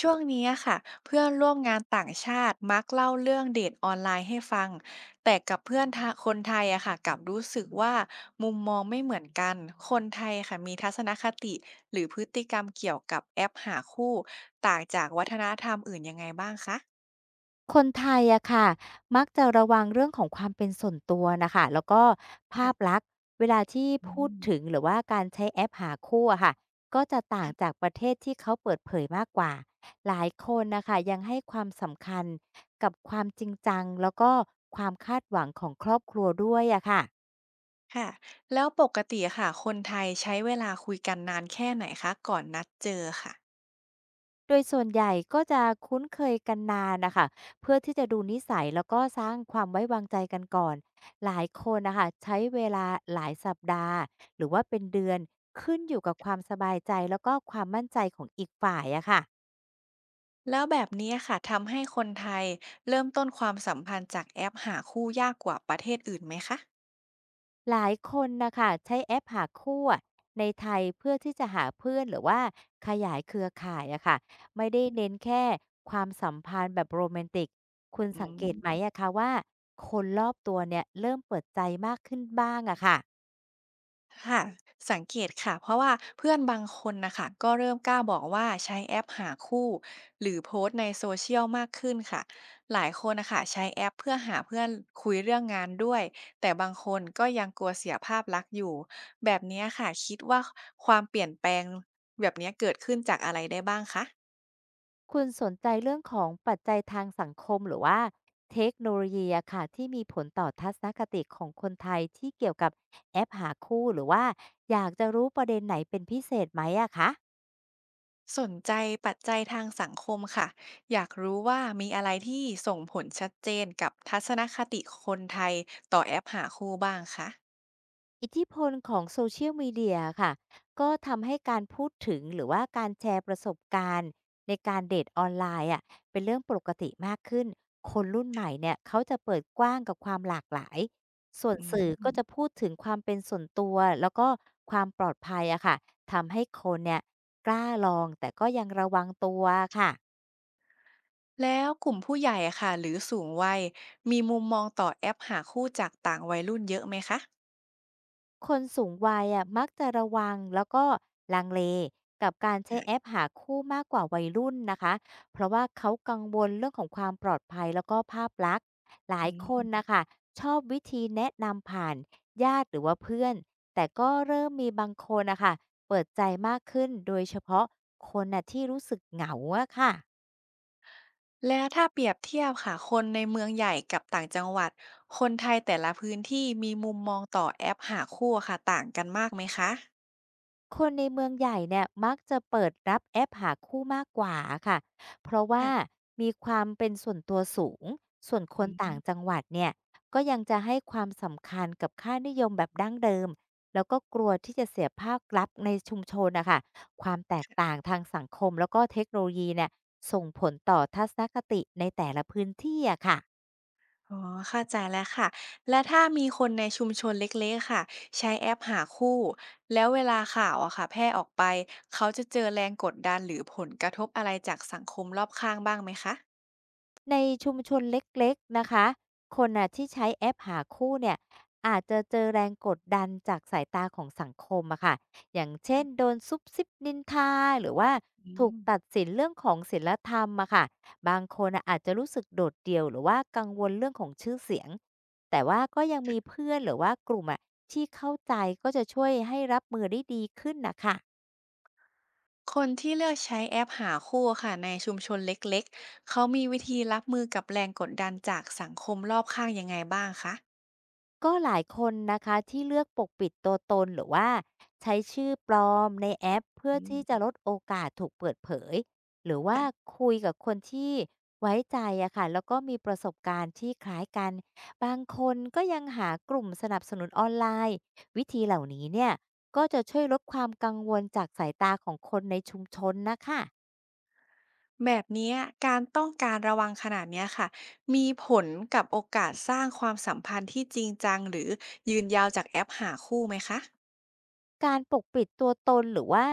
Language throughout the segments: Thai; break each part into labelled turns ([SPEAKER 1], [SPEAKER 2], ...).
[SPEAKER 1] ช่วงนี้อะค่ะเพื่อนร่วมงานต่างชาติมักเล่าเรื่องเดทออนไลน์ให้ฟังแต่กับเพื่อนทะคนไทยอะค่ะกลับรู้สึกว่ามุมมองไม่เหมือนกันคนไทยค่ะมีทัศนคติหรือพฤติกรรมเกี่ยวกับแอปหาคู่ต่างจากวัฒนธรรมอื่นยังไงบ้างคะ
[SPEAKER 2] คนไทยอะค่ะมักจะระวังเรื่องของความเป็นส่วนตัวนะคะแล้วก็ภาพ
[SPEAKER 1] ค่ะ
[SPEAKER 2] ลักษณ์เวลาที่
[SPEAKER 1] อื
[SPEAKER 2] พูด
[SPEAKER 1] ม
[SPEAKER 2] ถึงหรือว่าการใช้แอปหาคู่อะค่ะก็จะต่างจากประเทศที่เขาเปิดเผยมากกว่าหลายคนนะคะยังให้ความสำคัญกับความจริงจังแล้วก็ความคาดหวังของครอบครัวด้วยอะค่ะ
[SPEAKER 1] ค่ะแล้วปกติอะค่ะคนไทยใช้เวลาคุยกันนานแค่ไหนคะก่อนนัดเจอค่ะ
[SPEAKER 2] โดยส่วนใหญ่ก็จะคุ้นเคยกันนานนะคะเพื่อที่จะดูนิสัยแล้วก็สร้างความไว้วางใจกันก่อนหลายคนนะคะใช้เวลาหลายสัปดาห์หรือว่าเป็นเดือนขึ้นอยู่กับความสบายใจแล้วก็ความมั่นใจของอีกฝ่ายอะค่ะ
[SPEAKER 1] แล้วแบบนี้ค่ะทำให้คนไทยเริ่มต้นความสัมพันธ์จากแอปหาคู่ยากกว่าประเทศอื่นไหมคะ
[SPEAKER 2] หลายคนนะคะใช้แอปหาคู่อะในไทยเพื่อที่จะหาเพื่อนหรือว่าขยายเครือข่ายอะค่ะไม่ได้เน้นแค่ความสัมพันธ์แบบโรแมนติกคุณ
[SPEAKER 1] อื
[SPEAKER 2] สังเกตไหมอะ
[SPEAKER 1] ม
[SPEAKER 2] คะว่าคนรอบตัวเนี่ยเริ่มเปิดใจมากขึ้นบ้างอะค่ะ
[SPEAKER 1] ค่ะสังเกตค่ะเพราะว่าเพื่อนบางคนนะคะก็เริ่มกล้าบอกว่าใช้แอปหาคู่หรือโพสต์ใน Social มากขึ้นค่ะหลายคนนะคะใช้แอปเพื่อหาเพื่อนคุยเรื่องงานด้วยแต่บางคนก็ยังกลัวเสียภาพลักษณ์อยู่แบบเนี้ยค่ะคิดว่าความเปลี่ยนแปลงแบบเนี้ยเกิดขึ้นจากอะไรได้บ้างคะ
[SPEAKER 2] คุณสนใจเรื่องของปัจจัยทางสังคมหรือว่าเทคโนโลยีอะค่ะที่มีผลต่อทัศนคติของคนไทยที่เกี่ยวกับแอปหาคู่หรือว่าอยากจะรู้ประเด็นไหนเป็นพิเศษไหมอะคะ
[SPEAKER 1] สนใจปัจจัยทางสังคมค่ะอยากรู้ว่ามีอะไรที่ส่งผลชัดเจนกับทัศนคติคนไทยต่อแอปหาคู่บ้างคะ
[SPEAKER 2] อิทธิพลของโซเชียลมีเดียค่ะก็ทำให้การพูดถึงหรือว่าการแชร์ประสบการณ์ในการเดทออนไลน์อ่ะเป็นเรื่องปกติมากขึ้นคนรุ่นใหม่เนี่ยเขาจะเปิดกว้างกับความหลากหลายส่วน
[SPEAKER 1] อื
[SPEAKER 2] สื่อก็จะ
[SPEAKER 1] ม
[SPEAKER 2] พูดถึงความเป็นส่วนตัวแล้วก็ความปลอดภัยอะค่ะทำให้คนเนี่ยกล้าลองแต่ก็ยังระวังตัวค่ะ
[SPEAKER 1] แล้วกลุ่มผู้ใหญ่อะค่ะหรือสูงวัยมีมุมมองต่อแอปหาคู่จากต่างวัยรุ่นเยอะไหมคะ
[SPEAKER 2] คนสูงวัยอะมักจะระวังแล้วก็ลังเลกับการใช้แอปหาคู่มากกว่าวัยรุ่นนะคะเพราะว่าเขากังวลเรื่องของความปลอดภัยแล้วก็ภาพลักษณ์หลา
[SPEAKER 1] อื
[SPEAKER 2] ยคนนะ
[SPEAKER 1] ม
[SPEAKER 2] คะชอบวิธีแนะนำผ่านญาติหรือว่าเพื่อนแต่ก็เริ่มมีบางคนนะคะเปิดใจมากขึ้นโดยเฉพาะคนน่ะที่รู้สึกเหงาอะค่ะ
[SPEAKER 1] แล้วถ้าเปรียบเทียบค่ะคนในเมืองใหญ่กับต่างจังหวัด คนไทยแต่ละพื้นที่มีมุมมองต่อแอปหาคู่อะค่ะต่างกันมากไหมคะ
[SPEAKER 2] คนในเมืองใหญ่เนี่ยมักจะเปิดรับแอปหาคู่มากกว่าค่ะเพราะว่า
[SPEAKER 1] ค่ะ
[SPEAKER 2] มีความเป็นส่วนตัวสูงส่วนค
[SPEAKER 1] อื
[SPEAKER 2] นต่าง
[SPEAKER 1] ม
[SPEAKER 2] จังหวัดเนี่ยก็ยังจะให้ความสำคัญกับค่านิยมแบบดั้งเดิมแล้วก็กลัวที่จะเสียภาพลับษณ์ในชุมชนนะคะความแตกต่างทางสังคมแล้วก็เทคโนโลยีเนี่ยส่งผลต่อทัศนคติในแต่ละพื้นที่อะค่ะ
[SPEAKER 1] อ๋อเข้าใจแล้วค่ะ และถ้ามีคนในชุมชนเล็กๆค่ะใช้แอปหาคู่แล้วเวลาข่าวอะค่ะแพร่ออกไปเขาจะเจอแรงกดดันหรือผลกระทบอะไรจากสังคมรอบข้างบ้างไหมคะ
[SPEAKER 2] ในชุมชนเล็กๆนะคะคนน่ะที่ใช้แอปหาคู่เนี่ยอาจจะเจอแรงกดดันจากสายตาของสังคมอะค่ะอย่างเช่นโดนซุบซิบนินทาหรือว่า
[SPEAKER 1] อื
[SPEAKER 2] ถูก
[SPEAKER 1] ม
[SPEAKER 2] ตัดสินเรื่องของศีลธรรมอะค่ะบางคนน่ะอาจจะรู้สึกโดดเดี่ยวหรือว่ากังวลเรื่องของชื่อเสียง แต่ว่าก็ยังมีเพื่อนหรือว่ากลุ่มอะที่เข้าใจก็จะช่วยให้รับมือได้ดีขึ้นนะคะ
[SPEAKER 1] คนที่เลือกใช้แอปหาคู่ค่ะในชุมชนเล็กๆ เขามีวิธีรับมือกับแรงกดดันจากสังคมรอบข้างยังไงบ้างคะ
[SPEAKER 2] ก็หลายคนนะคะที่เลือกปกปิดตัวตนหรือว่าใช้ชื่อปลอมในแอปเพื่อที่จะลดโอกาสถูกเปิดเผยหรือว่าคุยกับคนที่ไว้ใจอะค่ะแล้วก็มีประสบการณ์ที่คล้ายกันบางคนก็ยังหากลุ่มสนับสนุนออนไลน์วิธีเหล่านี้เนี่ยก็จะช่วยลดความกังวลจากสายตาของคนในชุมชนนะคะ
[SPEAKER 1] แบบเนี้ยการต้องการระวังขนาดเนี้ยค่ะมีผลกับโอกาสสร้างความสัมพันธ์ที่จริงจังหรือยืนยาวจากแอปหาคู่ไหมคะ
[SPEAKER 2] การปกปิดตัวตนหรือว่า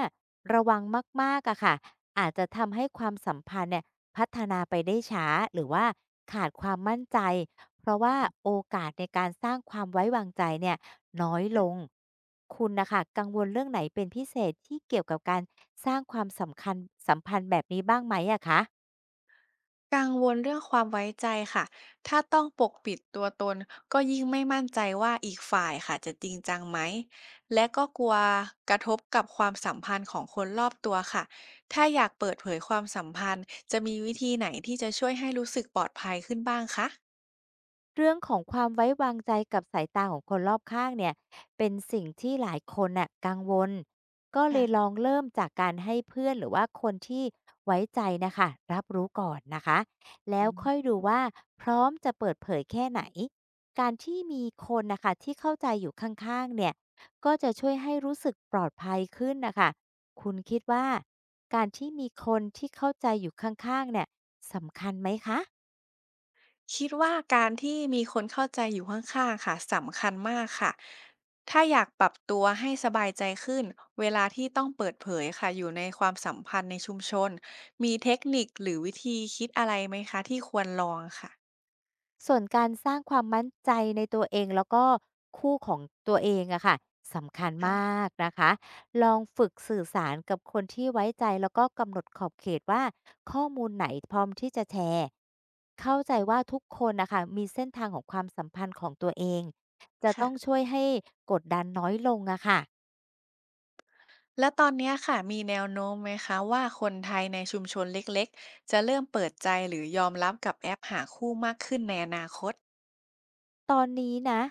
[SPEAKER 2] ระวังมากๆอะค่ะอาจจะทำให้ความสัมพันธ์เนี่ยพัฒนาไปได้ช้าหรือว่าขาดความมั่นใจเพราะว่าโอกาสในการสร้างความไว้วางใจเนี่ยน้อยลงคุณนะคะกังวลเรื่องไหนเป็นพิเศษที่เกี่ยวกับการสร้างความสำคัญสัมพันธ์แบบนี้บ้างไหมอะคะ
[SPEAKER 1] กังวลเรื่องความไว้ใจค่ะถ้าต้องปกปิดตัวตนก็ยิ่งไม่มั่นใจว่าอีกฝ่ายค่ะจะจริงจังไหมและก็กลัวกระทบกับความสัมพันธ์ของคนรอบตัวค่ะถ้าอยากเปิดเผยความสัมพันธ์จะมีวิธีไหนที่จะช่วยให้รู้สึกปลอดภัยขึ้นบ้างคะ
[SPEAKER 2] เรื่องของความไว้วางใจกับสายตาของคนรอบข้างเนี่ยเป็นสิ่งที่หลายคนน่ะกังวลก็เลยล
[SPEAKER 1] ค่ะ
[SPEAKER 2] องเริ่มจากการให้เพื่อนหรือว่าคนที่ไว้ใจนะคะรับรู้ก่อนนะคะแล้วค่อยดูว่าพร้อมจะเปิดเผยแค่ไหนการที่มีคนนะคะที่เข้าใจอยู่ข้างๆเนี่ยก็จะช่วยให้รู้สึกปลอดภัยขึ้นนะคะคุณคิดว่าการที่มีคนที่เข้าใจอยู่ข้างๆเนี่ยสำคัญไหมคะ
[SPEAKER 1] คิดว่าการที่มีคนเข้าใจอยู่ข้างๆค่ะสำคัญมากค่ะถ้าอยากปรับตัวให้สบายใจขึ้นเวลาที่ต้องเปิดเผยค่ะอยู่ในความสัมพันธ์ในชุมชนมีเทคนิคหรือวิธีคิดอะไรไหมคะที่ควรลองค่ะ
[SPEAKER 2] ส่วนการสร้างความมั่นใจในตัวเองแล้วก็คู่ของตัวเองอะค่ะสำคัญม
[SPEAKER 1] ค่ะ
[SPEAKER 2] ากนะคะลองฝึกสื่อสารกับคนที่ไว้ใจแล้วก็กำหนดขอบเขตว่าข้อมูลไหนพร้อมที่จะแชร์เข้าใจว่าทุกคนนะคะมีเส้นทางของความสัมพันธ์ของตัวเองจะต้องช่
[SPEAKER 1] ค่ะ
[SPEAKER 2] วยให้กดดันน้อยลงอะค่ะ
[SPEAKER 1] แล้วตอนเนี้ยค่ะมีแนวโน้มไหมคะว่าคนไทยในชุมชนเล็กๆจะเริ่มเปิดใจหรือยอมรับกับแอปหาคู่มากขึ้นในอนาคต
[SPEAKER 2] ตอนนี้นะ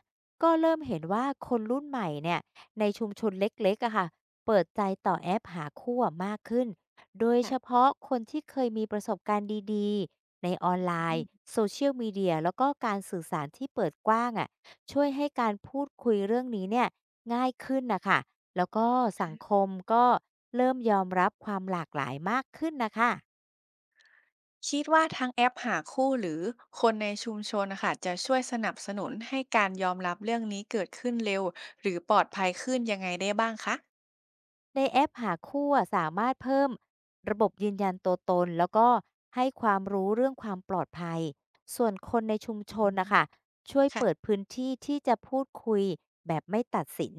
[SPEAKER 2] ก็เริ่มเห็นว่าคนรุ่นใหม่เนี่ยในชุมชนเล็กๆอะค่ะเปิดใจต่อแอปหาคู่อะมากขึ้นโดยเฉ
[SPEAKER 1] ค่ะ
[SPEAKER 2] พาะคนที่เคยมีประสบการณ์ดีๆในออนไลน์โซเชียลมีเดียแล้วก็การสื่อสารที่เปิดกว้างอะช่วยให้การพูดคุยเรื่องนี้เนี่ยง่ายขึ้นนะคะแล้วก็สังคมก็เริ่มยอมรับความหลากหลายมากขึ้นนะคะ
[SPEAKER 1] คิดว่าทั้งแอปหาคู่หรือคนในชุมชนนะคะจะช่วยสนับสนุนให้การยอมรับเรื่องนี้เกิดขึ้นเร็วหรือปลอดภัยขึ้นยังไงได้บ้างคะ
[SPEAKER 2] ในแอปหาคู่อะสามารถเพิ่มระบบยืนยันตัวตนแล้วก็ให้ความรู้เรื่องความปลอดภัยส่วนคนในชุมชนนะคะช่วยเปิด
[SPEAKER 1] ค่ะ
[SPEAKER 2] พื้นที่ที่จะพูดคุยแบบไม่ตัดสิน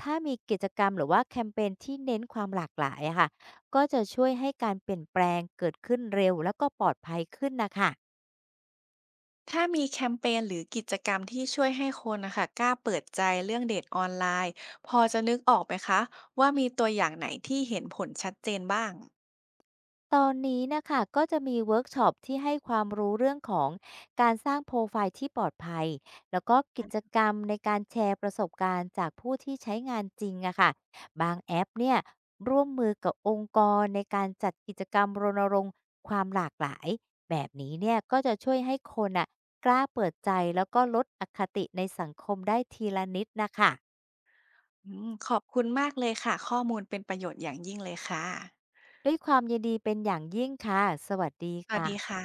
[SPEAKER 2] ถ้ามีกิจกรรมหรือว่าแคมเปญที่เน้นความหลากหลายอะค่ะก็จะช่วยให้การเปลี่ยนแปลงเกิดขึ้นเร็วแล้วก็ปลอดภัยขึ้นนะคะ
[SPEAKER 1] ถ้ามีแคมเปญหรือกิจกรรมที่ช่วยให้คนนะคะกล้าเปิดใจเรื่องเดทออนไลน์พอจะนึกออกไหมคะว่ามีตัวอย่างไหนที่เห็นผลชัดเจนบ้าง
[SPEAKER 2] ตอนนี้นะคะก็จะมีเวิร์กช็อปที่ให้ความรู้เรื่องของการสร้างโปรไฟล์ที่ปลอดภัยแล้วก็กิจกรรมในการแชร์ประสบการณ์จากผู้ที่ใช้งานจริงอะค่ะบางแอปเนี่ยร่วมมือกับองค์กรในการจัดกิจกรรมรณรงค์ความหลากหลายแบบนี้เนี่ยก็จะช่วยให้คนอ่ะกล้าเปิดใจแล้วก็ลดอคติในสังคมได้ทีละนิดนะคะ
[SPEAKER 1] อืมขอบคุณมากเลยค่ะข้อมูลเป็นประโยชน์อย่างยิ่งเลยค่ะ
[SPEAKER 2] ด้วยความยินดีเป็นอย่างยิ่งค่ะสวัสดี
[SPEAKER 1] สวัส
[SPEAKER 2] ค่ะ
[SPEAKER 1] ดีค่ะ